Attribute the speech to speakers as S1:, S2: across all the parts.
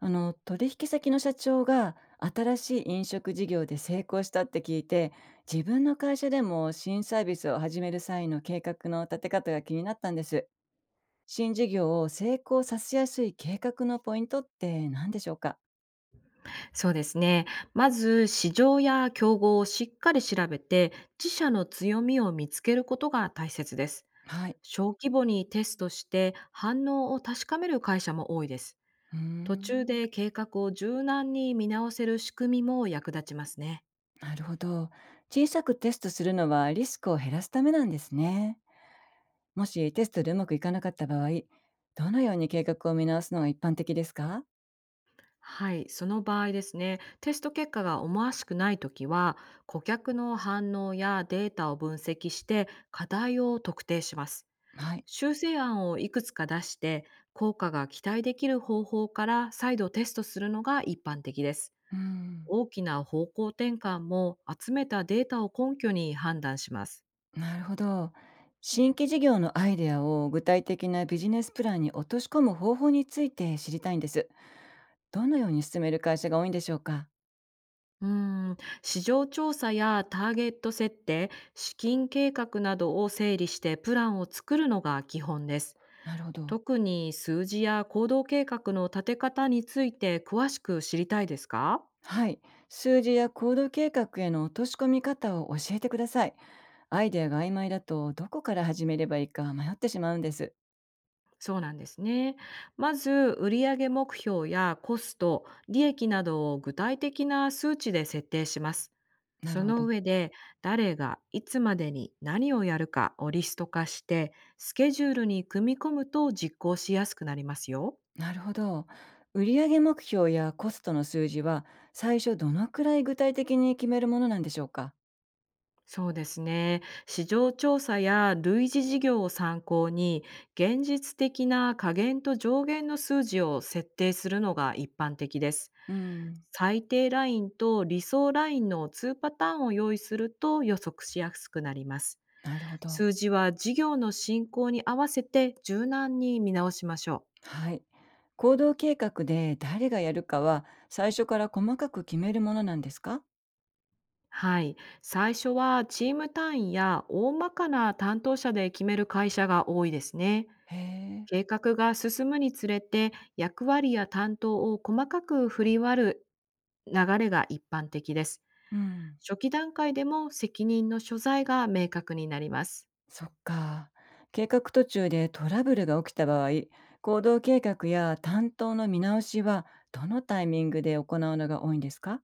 S1: 取引先の社長が新しい飲食事業で成功したって聞いて、自分の会社でも新サービスを始める際の計画の立て方が気になったんです。新事業を成功させやすい計画のポイントって何でしょうか？
S2: そうですね。まず、市場や競合をしっかり調べて、自社の強みを見つけることが大切です。
S1: はい。
S2: 小規模にテストして、反応を確かめる会社も多いです。
S1: うー
S2: 途中
S1: ん。
S2: で計画を柔軟に見直せる仕組みも役立ちますね。
S1: なるほど。小さくテストするのはリスクを減らすためなんですね。もしテストでうまくいかなかった場合、どのように計画を見直すのが一般的ですか？
S2: はい、その場合ですね、テスト結果が思わしくないときは、顧客の反応やデータを分析して、課題を特定します。
S1: はい。
S2: 修正案をいくつか出して、効果が期待できる方法から再度テストするのが一般的です。
S1: うん。
S2: 大きな方向転換も集めたデータを根拠に判断します。
S1: なるほど。新規事業のアイデアを具体的なビジネスプランに落とし込む方法について知りたいんです。どのように進める会社が多いんでしょうか？
S2: うーん、市場調査やターゲット設定、資金計画などを整理してプランを作るのが基本です。
S1: なるほど。
S2: 特に数字や行動計画の立て方について詳しく知りたいですか？
S1: はい。数字や行動計画への落とし込み方を教えてください。アイデアが曖昧だとどこから始めればいいか迷ってしまうんです。
S2: そうなんですね。まず、売上目標やコスト、利益などを具体的な数値で設定します。
S1: なる
S2: そ
S1: ほ
S2: の
S1: ど。
S2: 上で、誰がいつまでに何をやるかをリスト化して、スケジュールに組み込むと実行しやすくなりますよ。
S1: なるほど。売上目標やコストの数字は最初どのくらい具体的に決めるものなんでしょうか？
S2: そうですね。市場調査や類似事業を参考に、現実的な下限と上限の数字を設定するのが一般的です。
S1: うん。
S2: 最低ラインと理想ラインの2パターンを用意すると予測しやすくなります。
S1: なるほど。
S2: 数字は事業の進行に合わせて柔軟に見直しましょう。
S1: はい。行動計画で誰がやるかは最初から細かく決めるものなんですか？
S2: はい。最初はチーム単位や大まかな担当者で決める会社が多いですね。
S1: へえ。
S2: 計画が進むにつれて役割や担当を細かく振り割る流れが一般的です。
S1: うん。
S2: 初期段階でも責任の所在が明確になります。
S1: そっか。計画途中でトラブルが起きた場合、行動計画や担当の見直しはどのタイミングで行うのが多いんですか？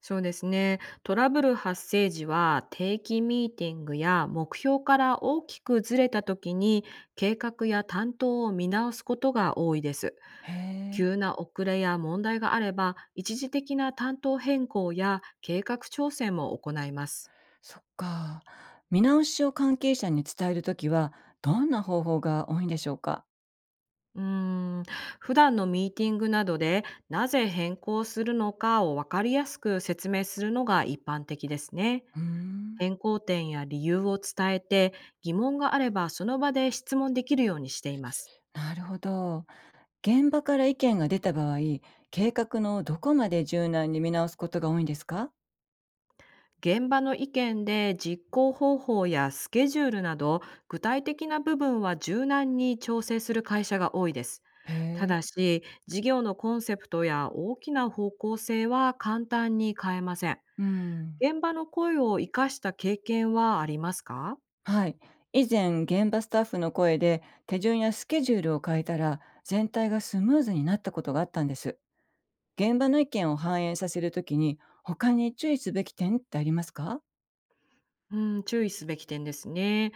S2: そうですね。トラブル発生時は定期ミーティングや目標から大きくずれた時に計画や担当を見直すことが多いです。
S1: へえ。
S2: 急な遅れや問題があれば一時的な担当変更や計画調整も行います。
S1: そっか。見直しを関係者に伝えるときはどんな方法が多いんでしょうか？
S2: うーん、普段のミーティングなどでなぜ変更するのかを分かりやすく説明するのが一般的ですね。
S1: うーん。
S2: 変更点や理由を伝えて、疑問があればその場で質問できるようにしています。
S1: なるほど。現場から意見が出た場合、計画のどこまで柔軟に見直すことが多いんですか？
S2: 現場の意見で実行方法やスケジュールなど具体的な部分は柔軟に調整する会社が多いです。
S1: へ
S2: た
S1: え。
S2: だし、事業のコンセプトや大きな方向性は簡単に変えません。
S1: うん。
S2: 現場の声を生かした経験はありますか？
S1: はい。以前、現場スタッフの声で手順やスケジュールを変えたら、全体がスムーズになったことがあったんです。現場の意見を反映させるときに、他に注意すべき点ってありますか？
S2: うん、注意すべき点ですね。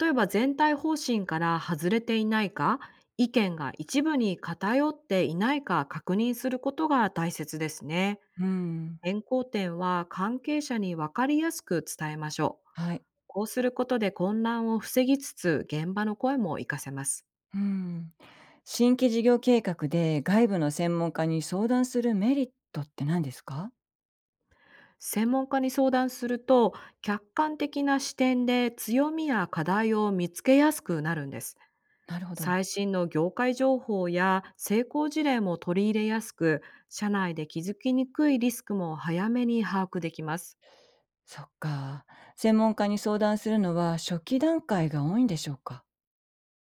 S2: 例えば全体方針から外れていないか、意見が一部に偏っていないか確認することが大切ですね。
S1: うん。
S2: 変更点は関係者に分かりやすく伝えましょう。
S1: はい。
S2: こうすることで混乱を防ぎつつ現場の声も活かせます。
S1: うん。新規事業計画で外部の専門家に相談するメリットって何ですか？
S2: 専門家に相談すると客観的な視点で強みや課題を見つけやすくなるんです。
S1: なるほど。
S2: 最新の業界情報や成功事例も取り入れやすく、社内で気づきにくいリスクも早めに把握できます。
S1: そっか。専門家に相談するのは初期段階が多いんでしょうか？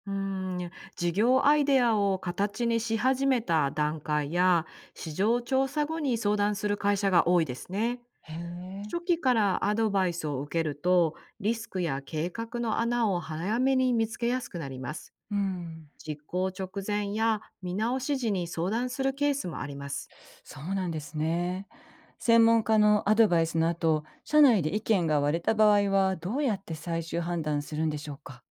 S2: うーん、事業アイデアを形にし始めた段階や、市場調査後に相談する会社が多いですね。
S1: へえ。
S2: 初期からアドバイスを受けると、リスクや計画の穴を早めに見つけやすくなります。
S1: うん、
S2: 実行直前や見直し時に相談するケースもあります。
S1: そうなんですね。専門家のアドバイスの後、社内で意見が割れた場合はどうやって最終判断するんでしょうか？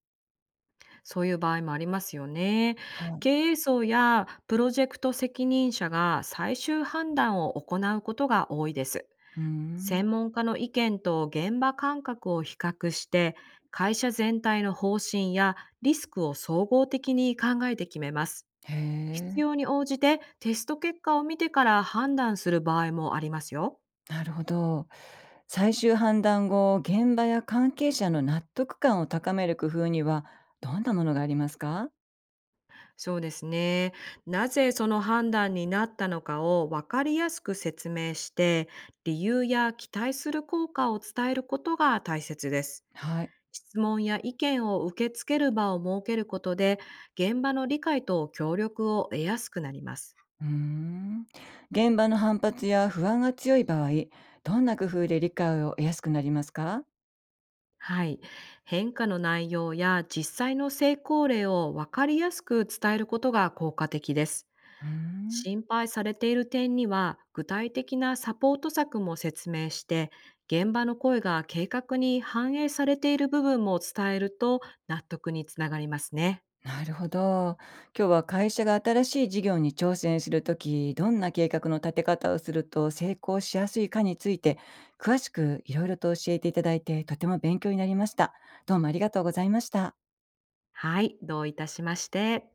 S2: そういう場合もありますよね。
S1: はい。
S2: 経営層やプロジェクト責任者が最終判断を行うことが多いです。
S1: うん、
S2: 専門家の意見と現場感覚を比較して、会社全体の方針やリスクを総合的に考えて決めます。
S1: へ
S2: 必
S1: え、
S2: 要に応じてテスト結果を見てから判断する場合もありますよ。
S1: なるほど。最終判断後、現場や関係者の納得感を高める工夫にはどんなものがありますか？
S2: そうですね。なぜその判断になったのかを分かりやすく説明して、理由や期待する効果を伝えることが大切です。
S1: はい。
S2: 質問や意見を受け付ける場を設けることで、現場の理解と協力を得やすくなります。
S1: うーん。現場の反発や不安が強い場合、どんな工夫で理解を得やすくなりますか？
S2: はい。変化の内容や実際の成功例を分かりやすく伝えることが効果的です。
S1: うーん。
S2: 心配されている点には、具体的なサポート策も説明して、現場の声が計画に反映されている部分も伝えると納得につながりますね。
S1: なるほど。今日は会社が新しい事業に挑戦するとき、どんな計画の立て方をすると成功しやすいかについて、詳しくいろいろと教えていただいて、とても勉強になりました。どうもありがとうございました。
S2: はい、どういたしまして。